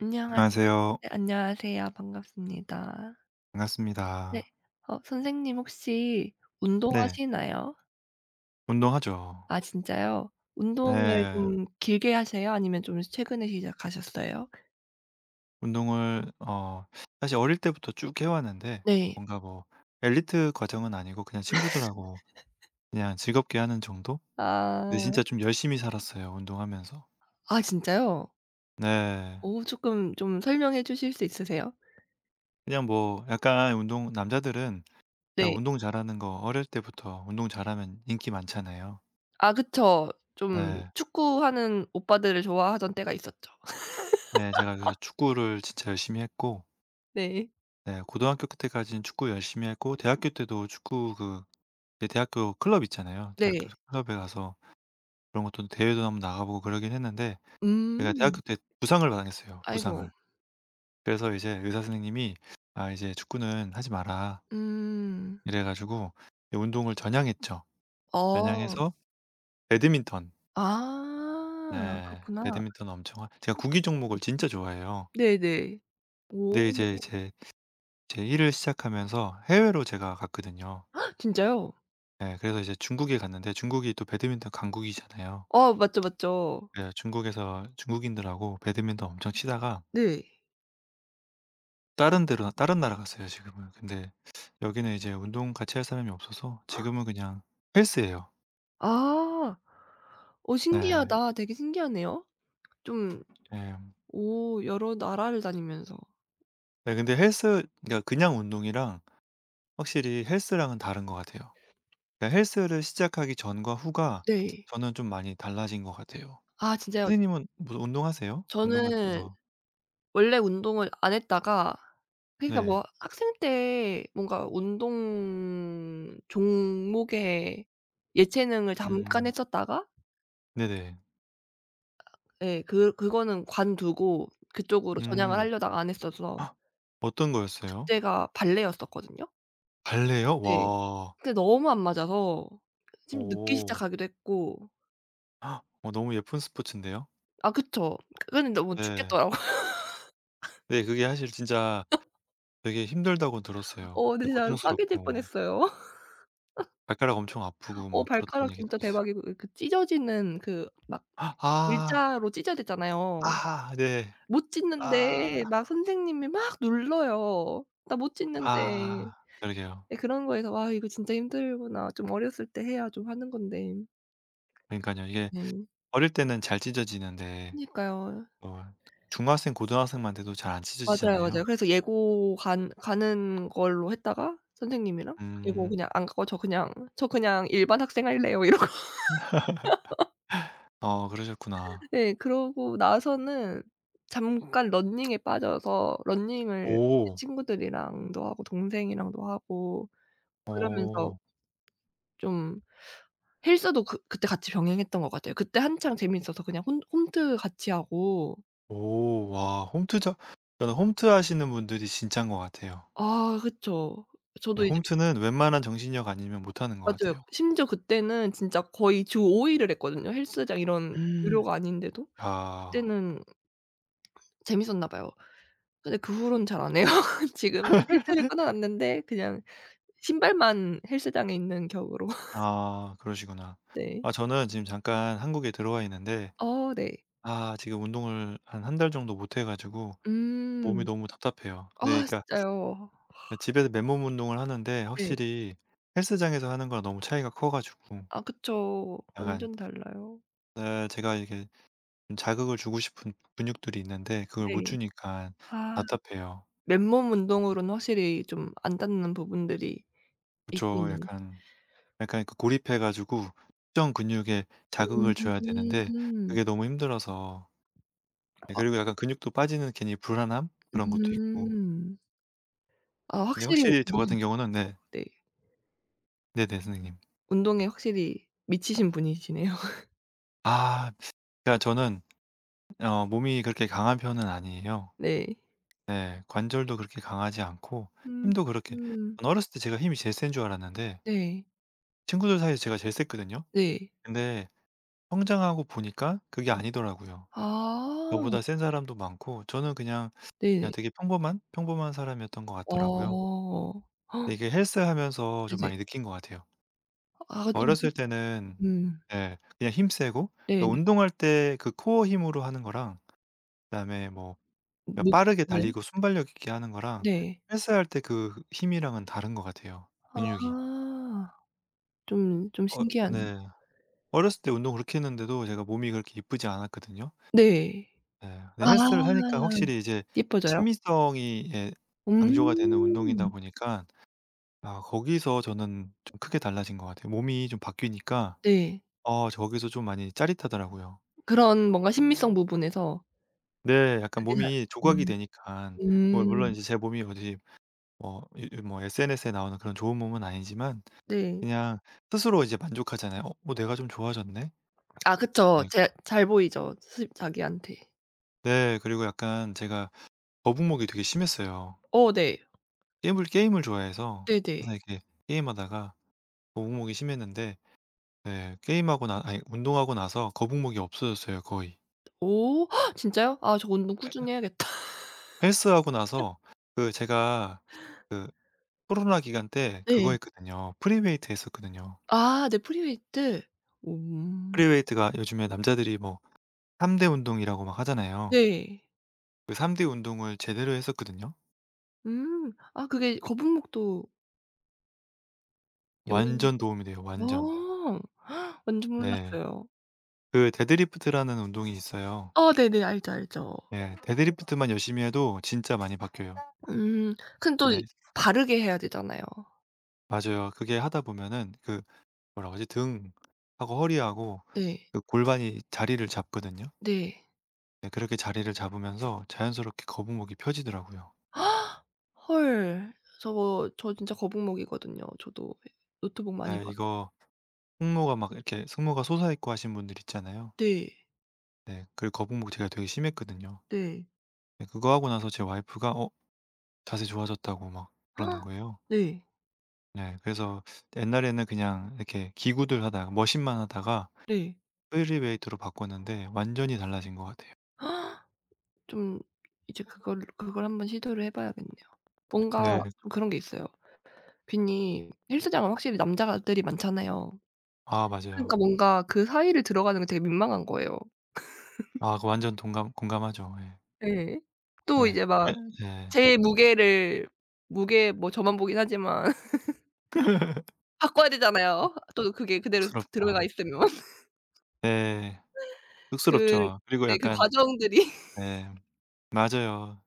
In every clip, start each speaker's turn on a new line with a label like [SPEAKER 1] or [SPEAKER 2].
[SPEAKER 1] 안녕하세
[SPEAKER 2] 안녕하세요.
[SPEAKER 1] 안녕하세요. 반갑습니다. 네.
[SPEAKER 2] 반갑습니다.
[SPEAKER 1] 어 선생님 혹시
[SPEAKER 2] 네.
[SPEAKER 1] 운동하시나요?
[SPEAKER 2] 운동하죠.
[SPEAKER 1] 아 진짜요? 운동을
[SPEAKER 2] 네.
[SPEAKER 1] 좀 길게 하세요? 아니면 좀 최근에 시작하셨어요?
[SPEAKER 2] 운동을 사실 어릴 때부터 쭉 해 왔는데
[SPEAKER 1] 네.
[SPEAKER 2] 뭔가 뭐 엘리트 과정은 아니고 그냥 친구들하고 그냥 즐겁게 하는 정도? 근데
[SPEAKER 1] 아.
[SPEAKER 2] 진짜 좀 열심히 살았어요, 운동하면서.
[SPEAKER 1] 아 진짜요?
[SPEAKER 2] 네.
[SPEAKER 1] 오 조금 좀 설명해 주실 수 있으세요?
[SPEAKER 2] 그냥 뭐 약간 운동 남자들은 약간
[SPEAKER 1] 네.
[SPEAKER 2] 운동 잘하는 거 어릴 때부터 운동 잘하면 인기 많잖아요.
[SPEAKER 1] 아 그쵸. 좀
[SPEAKER 2] 네.
[SPEAKER 1] 축구하는 오빠들을 좋아하던 때가 있었죠.
[SPEAKER 2] 네. 제가 그래서 축구를 진짜 열심히 했고
[SPEAKER 1] 네.
[SPEAKER 2] 네 고등학교 때까지는 축구 열심히 했고 대학교 때도 축구 그 이제 대학교 클럽 있잖아요. 대학교
[SPEAKER 1] 네.
[SPEAKER 2] 클럽에 가서 그런 것도 대회도 한번 나가보고 그러긴 했는데 제가
[SPEAKER 1] 음.
[SPEAKER 2] 대학교 때 부상을 당했어요,
[SPEAKER 1] 아이고.
[SPEAKER 2] 부상을. 그래서 이제 의사 선생님이 "아 이제 축구는 하지 마라."
[SPEAKER 1] 음.
[SPEAKER 2] 이래 가지고 운동을 전향했죠.
[SPEAKER 1] 어.
[SPEAKER 2] 전향해서 배드민턴
[SPEAKER 1] 아
[SPEAKER 2] 네 배드
[SPEAKER 1] 그렇구나.
[SPEAKER 2] 민턴 엄청 하 제가 구기 종목을 진짜 좋아해요.
[SPEAKER 1] 네네. 오.
[SPEAKER 2] 근데 이제 제 일을 시작하면서 해외로 제가 갔거든요.
[SPEAKER 1] 진짜요?
[SPEAKER 2] 예 그래서 이제 중국에 갔는데 중국이 또 배드민턴 강국이잖아요.
[SPEAKER 1] 아 맞죠, 맞죠.
[SPEAKER 2] 예 중국에서 중국인들하고 배드민턴 엄청 치다가
[SPEAKER 1] 네.
[SPEAKER 2] 다른 나라 갔어요 지금은. 근데 여기는 이제 운동 같이 할 사람이 없어서 지금은 그냥 헬스예요.
[SPEAKER 1] 아. 어
[SPEAKER 2] 네.
[SPEAKER 1] 신기하다. 되게 신기하네요. 좀
[SPEAKER 2] 예. 네
[SPEAKER 1] 오 여러 나라를 다니면서.
[SPEAKER 2] 네 근데 헬스 그러니까 그냥 운동이랑 확실히 헬스랑은 다른 것 같아요. 그러니까 헬스를 시작하기 전과 후가
[SPEAKER 1] 네.
[SPEAKER 2] 저는 좀 많이 달라진 것 같아요.
[SPEAKER 1] 아 진짜요.
[SPEAKER 2] 선생님은 무슨 운동하세요? 운동 같은
[SPEAKER 1] 저는
[SPEAKER 2] 거.
[SPEAKER 1] 원래 운동을 안 했다가 그러니까
[SPEAKER 2] 네.
[SPEAKER 1] 뭐 학생 때 뭔가 운동 종목에 예체능을 잠깐
[SPEAKER 2] 음.
[SPEAKER 1] 했었다가
[SPEAKER 2] 네네.
[SPEAKER 1] 예 그거는 관두고 그쪽으로 전향을
[SPEAKER 2] 음.
[SPEAKER 1] 하려다가 안 했어서
[SPEAKER 2] 어떤 거였어요?
[SPEAKER 1] 그때가 발레였었거든요.
[SPEAKER 2] 발레요?
[SPEAKER 1] 네.
[SPEAKER 2] 와.
[SPEAKER 1] 근데 너무 안 맞아서 좀 늦기
[SPEAKER 2] 오.
[SPEAKER 1] 시작하기도 했고
[SPEAKER 2] 어 너무 예쁜 스포츠인데요.
[SPEAKER 1] 아 그쵸. 그거는 너무
[SPEAKER 2] 네.
[SPEAKER 1] 죽겠더라고요.
[SPEAKER 2] 네. 그게 사실 진짜 되게 힘들다고 들었어요.
[SPEAKER 1] 어 근데
[SPEAKER 2] 되게
[SPEAKER 1] 진짜 빠개질
[SPEAKER 2] 고통스럽고
[SPEAKER 1] 뻔했어요.
[SPEAKER 2] 발가락 엄청 아프고
[SPEAKER 1] 어
[SPEAKER 2] 막 그렇다는
[SPEAKER 1] 발가락
[SPEAKER 2] 얘기
[SPEAKER 1] 진짜
[SPEAKER 2] 들었어요.
[SPEAKER 1] 대박이고 그 찢어지는 그 막
[SPEAKER 2] 아.
[SPEAKER 1] 일자로 찢어지잖아요.
[SPEAKER 2] 아 네.
[SPEAKER 1] 못
[SPEAKER 2] 아.
[SPEAKER 1] 찢는데 막 선생님이 막 눌러요. 나 못 찢는데.
[SPEAKER 2] 아. 그러게요.
[SPEAKER 1] 예 그런 거에서 '와 이거 진짜 힘들구나. 좀 어렸을 때 해야 좀 하는 건데.'
[SPEAKER 2] 그러니깐요. 이게
[SPEAKER 1] 네.
[SPEAKER 2] 어릴 때는 잘 찢어지는데
[SPEAKER 1] 그니까요.
[SPEAKER 2] 어 중학생, 고등학생만 돼도 잘 안
[SPEAKER 1] 맞아요,
[SPEAKER 2] 찢어지잖아요.
[SPEAKER 1] 맞아요. 그래서 예고 간 가는 걸로 했다가 선생님이랑 예고
[SPEAKER 2] 음.
[SPEAKER 1] 그냥 "안 가고 저 그냥 일반 학생 할래요." 이러고
[SPEAKER 2] 아 그러셨구나.
[SPEAKER 1] 예 그러고 나서는 잠깐 러닝에 빠져서 러닝을
[SPEAKER 2] 오.
[SPEAKER 1] 친구들이랑도 하고 동생이랑도 하고 그러면서
[SPEAKER 2] 어.
[SPEAKER 1] 좀 헬스도 그때 같이 병행했던 것 같아요. 그때 한창 재미있어서 그냥 홈 홈트 같이 하고
[SPEAKER 2] 오. 와 홈트자 저는 홈트 하시는 분들이 진짠 것 같아요.
[SPEAKER 1] 아 그쵸.
[SPEAKER 2] 네
[SPEAKER 1] 저도
[SPEAKER 2] 홈트는 웬만한 정신력 아니면 못하는 것
[SPEAKER 1] 맞아요.
[SPEAKER 2] 같아요.
[SPEAKER 1] 심지어 그때는 진짜 거의 주 5일 일을 했거든요. 헬스장 이런
[SPEAKER 2] 음.
[SPEAKER 1] 유료가 아닌데도.
[SPEAKER 2] 아.
[SPEAKER 1] 그때는 재밌었나 봐요. 근데 그 후로는 잘 안 해요. 지금 헬스를 끊어놨는데 그냥 신발만 헬스장에 있는 격으로.
[SPEAKER 2] 아 그러시구나.
[SPEAKER 1] 네.
[SPEAKER 2] 아 저는 지금 잠깐 한국에 들어와 있는데
[SPEAKER 1] 어 네.
[SPEAKER 2] 아 지금 운동을 한 달 정도 못 해 가지고 몸이
[SPEAKER 1] 음.
[SPEAKER 2] 너무 답답해요.
[SPEAKER 1] 아
[SPEAKER 2] 네 그러니까
[SPEAKER 1] 진짜요.
[SPEAKER 2] 집에서 맨몸 운동을 하는데
[SPEAKER 1] 네.
[SPEAKER 2] 확실히 헬스장에서 하는 거랑 너무 차이가 커 가지고
[SPEAKER 1] 아 그쵸.
[SPEAKER 2] 약간
[SPEAKER 1] 완전 달라요.
[SPEAKER 2] 제가 이게 좀 자극을 주고 싶은 근육들이 있는데 그걸 못
[SPEAKER 1] 네.
[SPEAKER 2] 주니까
[SPEAKER 1] 아
[SPEAKER 2] 답답해요.
[SPEAKER 1] 맨몸 운동으로는 확실히 좀 안 닿는 부분들이
[SPEAKER 2] 그쵸.
[SPEAKER 1] 있기는.
[SPEAKER 2] 약간, 약간 그 고립해 가지고 특정 근육에 자극을 줘야 되는데
[SPEAKER 1] 음.
[SPEAKER 2] 그게 너무 힘들어서 네
[SPEAKER 1] 아
[SPEAKER 2] 그리고 약간 근육도 빠지는 괜히 불안함 그런 것도 있고.
[SPEAKER 1] 음. 아
[SPEAKER 2] 근데
[SPEAKER 1] 확실히
[SPEAKER 2] 확실히 저
[SPEAKER 1] 운동에
[SPEAKER 2] 같은 경우는
[SPEAKER 1] 미치셨어요.
[SPEAKER 2] 네.
[SPEAKER 1] 네.
[SPEAKER 2] 네네 선생님.
[SPEAKER 1] 운동에 확실히 미치신 분이시네요.
[SPEAKER 2] 아 그러니까 저는 몸이 그렇게 강한 편은 아니에요.
[SPEAKER 1] 네.
[SPEAKER 2] 네. 관절도 그렇게 강하지 않고
[SPEAKER 1] 음
[SPEAKER 2] 힘도 그렇게
[SPEAKER 1] 음.
[SPEAKER 2] 저는 어렸을 때 제가 힘이 제일 센 줄 알았는데
[SPEAKER 1] 네.
[SPEAKER 2] 친구들 사이에서 제가 제일 셌거든요.
[SPEAKER 1] 네.
[SPEAKER 2] 근데 성장하고 보니까 그게 아니더라고요.
[SPEAKER 1] 아
[SPEAKER 2] 저보다 센 사람도 많고 저는 그냥,
[SPEAKER 1] 네네.
[SPEAKER 2] 평범한 사람이었던 것 같더라고요.
[SPEAKER 1] 어.
[SPEAKER 2] 근데 이게 헬스하면서 좀
[SPEAKER 1] 네네.
[SPEAKER 2] 많이 느낀 것 같아요.
[SPEAKER 1] 아 좀
[SPEAKER 2] 어렸을 때는
[SPEAKER 1] 음.
[SPEAKER 2] 예 그냥 힘 세고 또
[SPEAKER 1] 네네.
[SPEAKER 2] 운동할 때 그 코어 힘으로 하는 거랑 그다음에 뭐 그러니까 빠르게
[SPEAKER 1] 무게치는
[SPEAKER 2] 달리고 순발력 있게 하는 거랑
[SPEAKER 1] 네.
[SPEAKER 2] 헬스할 때 그 힘이랑은 다른 것 같아요, 근육이.
[SPEAKER 1] 아. 좀 좀
[SPEAKER 2] 어
[SPEAKER 1] 신기하네요.
[SPEAKER 2] 네. 어렸을 때 운동 그렇게 했는데도 제가 몸이 그렇게 이쁘지 않았거든요.
[SPEAKER 1] 네.
[SPEAKER 2] 네.
[SPEAKER 1] 아
[SPEAKER 2] 근데 헬스를 하니까 확실히 이제
[SPEAKER 1] 예뻐져요?
[SPEAKER 2] 친미성이 예 강조가 되는 운동이다
[SPEAKER 1] 음.
[SPEAKER 2] 보니까 아 거기서 저는 좀 크게 달라진 것 같아요. 몸이 좀 바뀌니까
[SPEAKER 1] 네.
[SPEAKER 2] 저기서 좀 많이 짜릿하더라고요.
[SPEAKER 1] 그런 뭔가 심미성 부분에서
[SPEAKER 2] 네. 약간
[SPEAKER 1] 그게 잘
[SPEAKER 2] 몸이 조각이
[SPEAKER 1] 음.
[SPEAKER 2] 되니깐 뭐 물론
[SPEAKER 1] 음.
[SPEAKER 2] 이제 제 몸이 어디 뭐 이 이 뭐 SNS에 나오는 그런 좋은 몸은 아니지만
[SPEAKER 1] 네.
[SPEAKER 2] 그냥 스스로 이제 만족하잖아요. '어 뭐 내가 좀 좋아졌네.'
[SPEAKER 1] 아 그쵸.
[SPEAKER 2] 네.
[SPEAKER 1] 제 잘 보이죠, 스십자기한테.
[SPEAKER 2] 네. 그리고 약간 제가 거북목이 되게 심했어요.
[SPEAKER 1] 어 네.
[SPEAKER 2] 게임을 좋아해서
[SPEAKER 1] 네네.
[SPEAKER 2] 항상 이렇게 게임하다가 거북목이 심했는데 네 게임하고 나 아니 운동하고 나서 거북목이 없어졌어요 거의.
[SPEAKER 1] 오 진짜요? 아 저 운동 꾸준히 해야겠다.
[SPEAKER 2] 헬스하고 나서 그 제가 그 코로나 기간 때 그거
[SPEAKER 1] 네.
[SPEAKER 2] 했거든요. 프리웨이트 했었거든요.
[SPEAKER 1] 아 네 프리웨이트. 음.
[SPEAKER 2] 프리웨이트가 요즘에 남자들이 뭐 3 대 운동이라고 막 하잖아요.
[SPEAKER 1] 네.
[SPEAKER 2] 그 3 대 운동을 제대로 했었거든요.
[SPEAKER 1] 음. 아 그게
[SPEAKER 2] 그
[SPEAKER 1] 거북목도 영향
[SPEAKER 2] 완전 도움이 돼요 완전.
[SPEAKER 1] 어 완전
[SPEAKER 2] 네.
[SPEAKER 1] 몰랐어요.
[SPEAKER 2] 그 데드리프트라는 운동이 있어요.
[SPEAKER 1] 어 네네. 알죠, 알죠.
[SPEAKER 2] 예. 데드리프트만 열심히 해도 진짜 많이 바뀌어요.
[SPEAKER 1] 음 근데 또
[SPEAKER 2] 네.
[SPEAKER 1] 바르게 해야 되잖아요.
[SPEAKER 2] 맞아요. 그게 하다 보면은 그 뭐라 그러지? 등하고 허리하고
[SPEAKER 1] 네.
[SPEAKER 2] 그 골반이 자리를 잡거든요.
[SPEAKER 1] 네.
[SPEAKER 2] 네 그렇게 자리를 잡으면서 자연스럽게 거북목이 펴지더라고요.
[SPEAKER 1] 헐. 저 진짜 거북목이거든요, 저도. 노트북 많이
[SPEAKER 2] 예
[SPEAKER 1] 봐서.
[SPEAKER 2] 이거 승모가 막 이렇게 승모가 솟아있고 하신 분들 있잖아요.
[SPEAKER 1] 네.
[SPEAKER 2] 네. 그 거북목 제가 되게 심했거든요.
[SPEAKER 1] 네.
[SPEAKER 2] 네 그거 하고 나서 제 와이프가 어 자세 좋아졌다고 막 그러는
[SPEAKER 1] 아.
[SPEAKER 2] 거예요.
[SPEAKER 1] 네.
[SPEAKER 2] 네. 그래서 옛날에는 그냥 이렇게 기구들 하다가 머신만 하다가
[SPEAKER 1] 네.
[SPEAKER 2] 프리웨이트로 바꿨는데 완전히 달라진 것 같아요.
[SPEAKER 1] 좀 이제 그걸 한번 시도를 해 봐야겠네요. 뭔가
[SPEAKER 2] 네.
[SPEAKER 1] 좀 그런 게 있어요. 괜히 헬스장은 확실히 남자들이 많잖아요.
[SPEAKER 2] 아
[SPEAKER 1] 그러니까
[SPEAKER 2] 맞아요.
[SPEAKER 1] 뭔가 그 사이를 들어가는 게 되게 민망한 거예요.
[SPEAKER 2] 아 그 완전 동감 공감하죠. 예.
[SPEAKER 1] 예. 또
[SPEAKER 2] 네.
[SPEAKER 1] 이제 막
[SPEAKER 2] 예 네.
[SPEAKER 1] 제 무게를 무게 뭐 저만 보긴 하지만 바꿔야
[SPEAKER 2] 음
[SPEAKER 1] 되잖아요. 또 그게 그대로 드 들어가
[SPEAKER 2] 쑥스럽죠.
[SPEAKER 1] 있으면.
[SPEAKER 2] 네.
[SPEAKER 1] 그
[SPEAKER 2] 쑥스럽죠. 그리고
[SPEAKER 1] 네 그
[SPEAKER 2] 약간
[SPEAKER 1] 과정들이
[SPEAKER 2] 네 맞아요.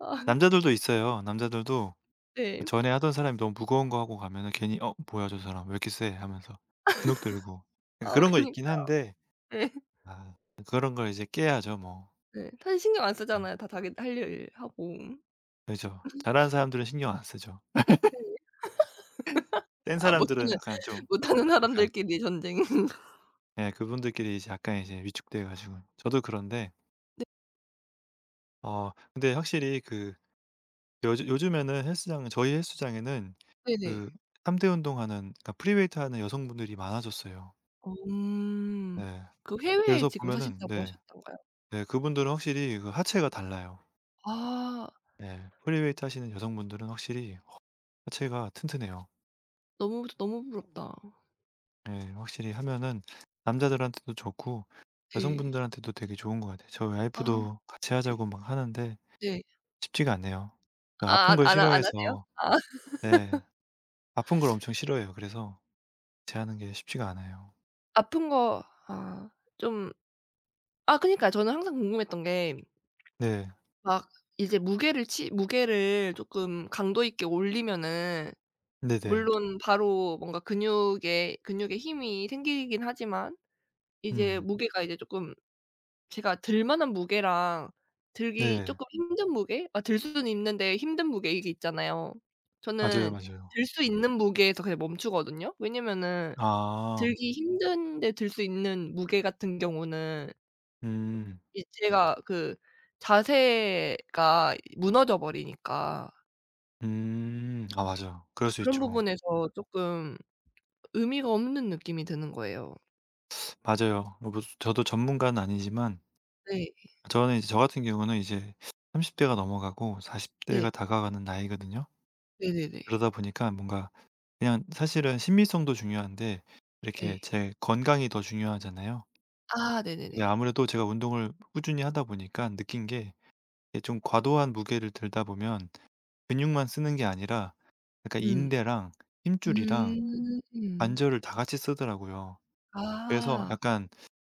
[SPEAKER 1] 아
[SPEAKER 2] 남자들도 있어요. 남자들도
[SPEAKER 1] 네.
[SPEAKER 2] 전에 하던 사람이 너무 무거운 거 하고 가면은 괜히 '어 뭐야 저 사람 왜 이렇게 세?' 하면서 주눅 들고 그러니까
[SPEAKER 1] 아
[SPEAKER 2] 그런 거
[SPEAKER 1] 그니까
[SPEAKER 2] 있긴 한데
[SPEAKER 1] 네.
[SPEAKER 2] 아 그런 걸 이제 깨야죠 뭐.
[SPEAKER 1] 네. 사실 신경 안
[SPEAKER 2] 네.
[SPEAKER 1] 쓰잖아요. 다 자기 할 일 하고.
[SPEAKER 2] 그죠. 잘하는 사람들은 신경 안 쓰죠.
[SPEAKER 1] 네.
[SPEAKER 2] 센
[SPEAKER 1] 아
[SPEAKER 2] 사람들은
[SPEAKER 1] 못하는
[SPEAKER 2] 약간 좀
[SPEAKER 1] 못하는
[SPEAKER 2] 약간
[SPEAKER 1] 사람들끼리 전쟁.
[SPEAKER 2] 예 그분들끼리 이제 약간 이제 위축돼 가지고 저도 그런데 어 근데 확실히 그 요즘에는 헬스장 저희 헬스장에는
[SPEAKER 1] 네네.
[SPEAKER 2] 그 3 대 운동하는 그러니까 프리웨이트 하는 여성분들이 많아졌어요.
[SPEAKER 1] 어
[SPEAKER 2] 네.
[SPEAKER 1] 그 해외에
[SPEAKER 2] 그래서
[SPEAKER 1] 지금
[SPEAKER 2] 보면은
[SPEAKER 1] 사신다고
[SPEAKER 2] 네.
[SPEAKER 1] 하셨던가요?
[SPEAKER 2] 네 그분들은 확실히 그 하체가 달라요.
[SPEAKER 1] 아
[SPEAKER 2] 네. 프리웨이트 하시는 여성분들은 확실히 하체가 튼튼해요.
[SPEAKER 1] 너무 너무 부럽다.
[SPEAKER 2] 예. 확실히 하면은 남자들한테도 좋고
[SPEAKER 1] 네.
[SPEAKER 2] 여성분들한테도 되게 좋은 것 같아요. 저희
[SPEAKER 1] 아
[SPEAKER 2] 와이프도 같이
[SPEAKER 1] 네.
[SPEAKER 2] 하자고 막 하는데
[SPEAKER 1] 네.
[SPEAKER 2] 쉽지가 않네요. 그 아픈
[SPEAKER 1] 아
[SPEAKER 2] 걸 네.
[SPEAKER 1] 안 하세요?
[SPEAKER 2] 싫어해서
[SPEAKER 1] 아
[SPEAKER 2] 네. 아픈 걸 엄청 싫어해요. 그래서 제 하는 게 쉽지가 않아요.
[SPEAKER 1] 아픈 거 아 좀 아 그니까 저는 항상 궁금했던 게
[SPEAKER 2] 네.
[SPEAKER 1] 막 이제 무게를 쪼끔 강도 있게 올리면은
[SPEAKER 2] 네네.
[SPEAKER 1] 물론 바로 뭔가 근육에 힘이 생기긴 하지만 이제
[SPEAKER 2] 음.
[SPEAKER 1] 무게가 이제 쪼끔 제가 들 만한 무게랑 들기
[SPEAKER 2] 네.
[SPEAKER 1] 쪼끔 힘든 무게? 아 들 수는 있는데 힘든 무게 이게 있잖아요.
[SPEAKER 2] 맞아요,
[SPEAKER 1] 저는
[SPEAKER 2] 맞아요.
[SPEAKER 1] 들 수 있는 무게에서 그냥 멈추거든요. 왜냐면은
[SPEAKER 2] 아.
[SPEAKER 1] 들기 힘든데 들 수 있는 무게 같은 경우는
[SPEAKER 2] 음.
[SPEAKER 1] 이 제가 그 자세가 무너져 버리니까
[SPEAKER 2] 음. 아 맞아요. 그럴 수
[SPEAKER 1] 그런
[SPEAKER 2] 있죠.
[SPEAKER 1] 부분에서 쪼끔 의미가 없는 느낌이 드는 거예요.
[SPEAKER 2] 맞아요. 뭐 저도 전문가는 아니지만
[SPEAKER 1] 네.
[SPEAKER 2] 저는 이제 저 같은 경우는 이제 30 대가 넘어가고 40
[SPEAKER 1] 네.
[SPEAKER 2] 대가 다가가는 나이거든요.
[SPEAKER 1] 네네네.
[SPEAKER 2] 그러다 보니까 뭔가 그냥 사실은 심미성도 중요한데
[SPEAKER 1] 네.
[SPEAKER 2] 이렇게 제 건강이 더 중요하잖아요.
[SPEAKER 1] 아 네네네.
[SPEAKER 2] 근데 아무래도 제가 운동을 꾸준히 하다 보니까 느낀 게 좀 과도한 무게를 들다 보면 근육만 쓰는 게 아니라 약간
[SPEAKER 1] 음.
[SPEAKER 2] 인대랑 힘줄이랑
[SPEAKER 1] 음.
[SPEAKER 2] 관절을 다 같이 쓰더라고요. 그래서
[SPEAKER 1] 아.
[SPEAKER 2] 약간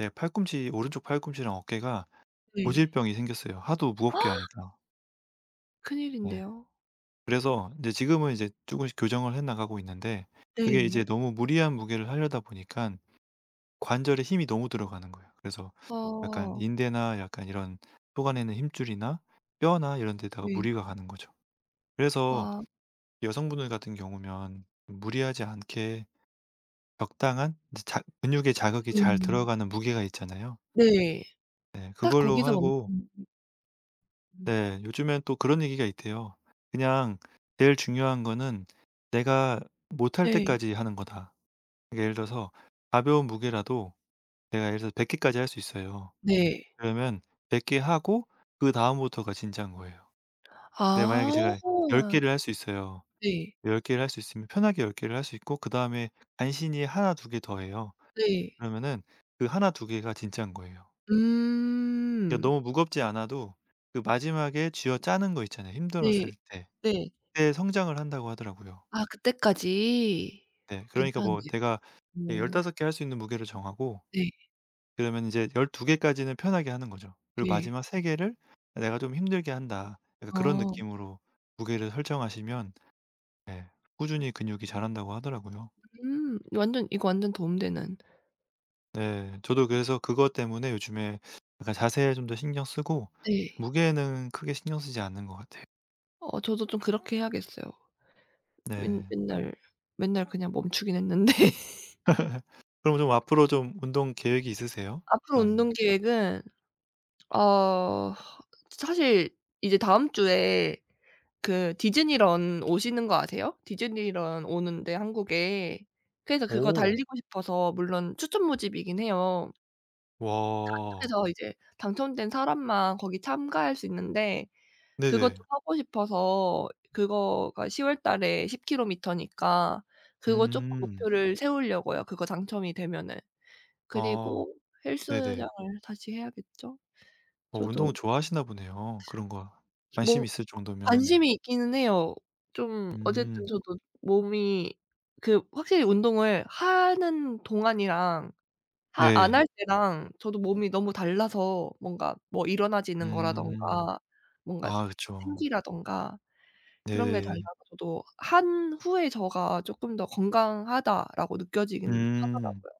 [SPEAKER 2] 제 팔꿈치 오른쪽 팔꿈치랑 어깨가
[SPEAKER 1] 네.
[SPEAKER 2] 고질병이 생겼어요. 하도 무겁게 하니까. 네.
[SPEAKER 1] 큰일인데요.
[SPEAKER 2] 그래서 이제 지금은 이제 조금씩 교정을 해 나가고 있는데 그게 이제
[SPEAKER 1] 네.
[SPEAKER 2] 너무 무리한 무게를 하려다 보니까 관절에 힘이 너무 들어가는 거예요. 그래서 약간
[SPEAKER 1] 어.
[SPEAKER 2] 인대나 약간 이런 속아내는 힘줄이나 뼈나 이런 데다가
[SPEAKER 1] 네.
[SPEAKER 2] 무리가 가는 거죠. 그래서
[SPEAKER 1] 아.
[SPEAKER 2] 여성분들 같은 경우면 무리하지 않게 적당한 이제 자 근육에 자극이 잘
[SPEAKER 1] 음.
[SPEAKER 2] 들어가는 무게가 있잖아요.
[SPEAKER 1] 네.
[SPEAKER 2] 네.
[SPEAKER 1] 딱
[SPEAKER 2] 그걸로
[SPEAKER 1] 거기서 멈
[SPEAKER 2] 하고
[SPEAKER 1] 춘 음.
[SPEAKER 2] 네. 요즘엔 또 그런 얘기가 있대요. 그냥 "제일 중요한 거는 내가 못할
[SPEAKER 1] 네.
[SPEAKER 2] 때까지 하는 거다." 그러니까 예를 들어서 가벼운 무게라도 내가 예를 들어서 100 개까지 할 수 있어요.
[SPEAKER 1] 네.
[SPEAKER 2] 그러면 100 개 하고 그다음부터가 진짜인 거예요. 근데 만약에
[SPEAKER 1] 아.
[SPEAKER 2] 제가 10 개를 할 수 있어요.
[SPEAKER 1] 네.
[SPEAKER 2] 10 개를 할 수 있으면 편하게 10 개를 할 수 있고 그다음에 간신히 하나, 두 개 더 해요.
[SPEAKER 1] 네.
[SPEAKER 2] 그러면은 그나두 개가 진짜인 거예요. 그러니까
[SPEAKER 1] 음.
[SPEAKER 2] 너무 무겁지 않아도 그 마지막에 쥐어짜는 거 있잖아요,
[SPEAKER 1] 네.
[SPEAKER 2] 힘들었을 때.
[SPEAKER 1] 네.
[SPEAKER 2] 그때 성장을 한다고 하더라고요.
[SPEAKER 1] 아 그때까지.
[SPEAKER 2] 네. 그러니까 뭐
[SPEAKER 1] 괜찮은데요.
[SPEAKER 2] 내가 예
[SPEAKER 1] 오.
[SPEAKER 2] 15 개 할 수 있는 무게를 정하고
[SPEAKER 1] 네.
[SPEAKER 2] 그러면 이제 열두 개까지는 편하게 하는 거죠. 그리고
[SPEAKER 1] 네.
[SPEAKER 2] 마지막 세 개를 '내가 좀 힘들게 한다.' 약간 그런
[SPEAKER 1] 어.
[SPEAKER 2] 느낌으로 무게를 설정하시면 예 꾸준히 근육이 자란다고 하더라고요.
[SPEAKER 1] 음. 완전 이거 완전 도움되는.
[SPEAKER 2] 네. 저도 그래서 그것 때문에 요즘에 약간 자세에 좀 더 신경 쓰고
[SPEAKER 1] 네.
[SPEAKER 2] 무게는 크게 신경 쓰지 않는 것 같아요.
[SPEAKER 1] 어 저도 좀 그렇게 해야겠어요. 맨
[SPEAKER 2] 네.
[SPEAKER 1] 맨날 맨날 그냥 멈추긴 했는데.
[SPEAKER 2] 그럼 좀 앞으로 좀 운동 계획이 있으세요?
[SPEAKER 1] 앞으로
[SPEAKER 2] 일단
[SPEAKER 1] 운동 계획은 어 사실 이제 다음 주에 그 디즈니런 오시는 거 아세요? 디즈니런 오는데 한국에. 그래서 그거
[SPEAKER 2] 오.
[SPEAKER 1] 달리고 싶어서 물론 추천 모집이긴 해요.
[SPEAKER 2] 와.
[SPEAKER 1] 그래서 이제 당첨된 사람만 거기 참가할 수 있는데 그것
[SPEAKER 2] 네네.
[SPEAKER 1] 좀 하고 싶어서 그거가 10월 달에 10 킬로미터니까 그거 조금
[SPEAKER 2] 음.
[SPEAKER 1] 목표를 세우려고요, 그거 당첨이 되면은.
[SPEAKER 2] 아.
[SPEAKER 1] 그리고
[SPEAKER 2] 네네.
[SPEAKER 1] 헬스장을 다시 해야겠죠?
[SPEAKER 2] 어
[SPEAKER 1] 저도
[SPEAKER 2] 운동을 좋아하시나 보네요. 그런 거 관심
[SPEAKER 1] 뭔
[SPEAKER 2] 있을 정도면.
[SPEAKER 1] 관심이 있기는 해요. 좀 어쨌든
[SPEAKER 2] 음.
[SPEAKER 1] 저도 몸이 그 확실히 운동을 하는 동안이랑 하 안
[SPEAKER 2] 네.
[SPEAKER 1] 할 때랑 저도 몸이 너무 달라서 뭔가 뭐 일어나지는
[SPEAKER 2] 음.
[SPEAKER 1] 거라든가 뭔가 스
[SPEAKER 2] 아 그쵸.
[SPEAKER 1] 생기라든가 그런 게
[SPEAKER 2] 네.
[SPEAKER 1] 달라서 저도 한 후에 저가 쪼끔 더 건강하다라고 느껴지긴
[SPEAKER 2] 음.
[SPEAKER 1] 하더라고요.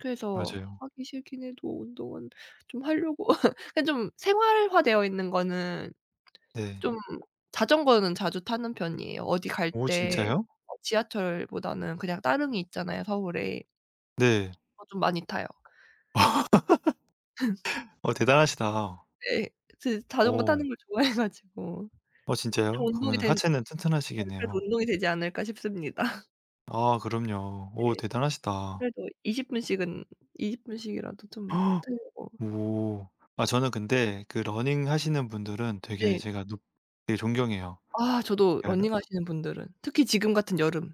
[SPEAKER 1] 그래서
[SPEAKER 2] 맞아요.
[SPEAKER 1] 하기 싫긴 해도 운동은 좀 하려고 그러니까 좀 생활화되어 있는 거는
[SPEAKER 2] 네.
[SPEAKER 1] 좀 자전거는 자주 타는 편이에요. 어디 갈
[SPEAKER 2] 오
[SPEAKER 1] 때
[SPEAKER 2] 진짜요?
[SPEAKER 1] 어 지하철보다는 그냥 따릉이 있잖아요, 서울에.
[SPEAKER 2] 네.
[SPEAKER 1] 그거 좀 많이 타요.
[SPEAKER 2] 어 대단하시다.
[SPEAKER 1] 네, 그 자전거
[SPEAKER 2] 오.
[SPEAKER 1] 타는 걸 좋아해 가지고
[SPEAKER 2] 어 진짜요?
[SPEAKER 1] 좀 운동이
[SPEAKER 2] 그러면
[SPEAKER 1] 된
[SPEAKER 2] 하체는
[SPEAKER 1] 네 그래도
[SPEAKER 2] 튼튼하시겠네요.
[SPEAKER 1] 운동이 되지 않을까 싶습니다.
[SPEAKER 2] 아 그럼요. 오
[SPEAKER 1] 네.
[SPEAKER 2] 대단하시다.
[SPEAKER 1] 그래도 20분 분씩은 20 분씩이라도 좀
[SPEAKER 2] 헉,
[SPEAKER 1] 틀고
[SPEAKER 2] 오. 아 저는 근데 그 러닝 하시는 분들은 되게
[SPEAKER 1] 네.
[SPEAKER 2] 제가 높 되게 존경해요.
[SPEAKER 1] 아 저도
[SPEAKER 2] 그러니까
[SPEAKER 1] 러닝하시는 분들은 특히 지금 같은 여름.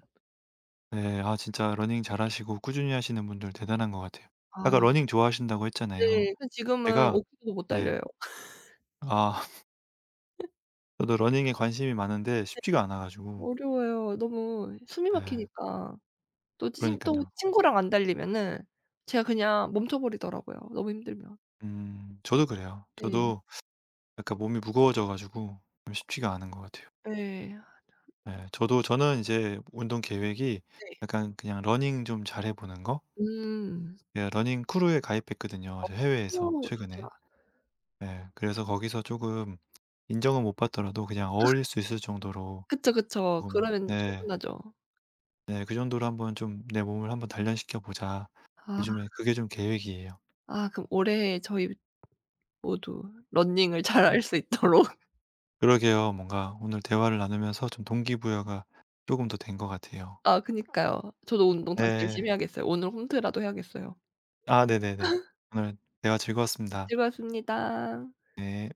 [SPEAKER 2] 네. 아 진짜 러닝 잘하시고 꾸준히 하시는 분들 대단한 것 같아요. 아까
[SPEAKER 1] 아
[SPEAKER 2] 러닝 좋아하신다고 했잖아요.
[SPEAKER 1] 네. 지금은
[SPEAKER 2] 제가
[SPEAKER 1] 5km도 못
[SPEAKER 2] 네.
[SPEAKER 1] 달려요.
[SPEAKER 2] 아 저도 러닝에 관심이 많은데 쉽지가 않아 가지고.
[SPEAKER 1] 어려워요. 너무 숨이
[SPEAKER 2] 네.
[SPEAKER 1] 막히니까.
[SPEAKER 2] 그러니까요
[SPEAKER 1] 또 친구랑 안 달리면은 제가 그냥 멈춰버리더라고요, 너무 힘들면.
[SPEAKER 2] 저도 그래요.
[SPEAKER 1] 네.
[SPEAKER 2] 저도 약간 몸이 무거워져 가지고 좀 쉽지가 않은 것 같아요.
[SPEAKER 1] 예. 아
[SPEAKER 2] 네. 저도 저는 이제 운동 계획이
[SPEAKER 1] 네.
[SPEAKER 2] 약간 그냥 러닝 좀 잘해 보는 거?
[SPEAKER 1] 음.
[SPEAKER 2] 예 러닝 크루에 가입했거든요, 저 해외에서
[SPEAKER 1] 어 좋다.
[SPEAKER 2] 최근에. 네 그래서 거기서 조금 인정은 못 받더라도 그냥 어울릴 수 있을 정도로
[SPEAKER 1] 그쵸, 그쵸. 그러면
[SPEAKER 2] 네.
[SPEAKER 1] 충분하죠.
[SPEAKER 2] 네. 그 정도로 한번 좀 '내 몸을 한번 단련시켜 보자.'
[SPEAKER 1] 아
[SPEAKER 2] 요즘에 그게 좀 계획이에요.
[SPEAKER 1] 아 그럼 올해 저희 모두 러닝을
[SPEAKER 2] 네.
[SPEAKER 1] 잘할 수 있도록
[SPEAKER 2] 그러게요. 뭔가 오늘 대화를 나누면서 좀 동기부여가 쪼금 더 된 것 같아요.
[SPEAKER 1] 아 그니까요. 저도 운동 다시
[SPEAKER 2] 네.
[SPEAKER 1] 열심히 해야겠어요. 오늘 홈트라도 해야겠어요.
[SPEAKER 2] 아 네네네. 오늘 대화 즐거웠습니다.
[SPEAKER 1] 즐거웠습니다.
[SPEAKER 2] 네.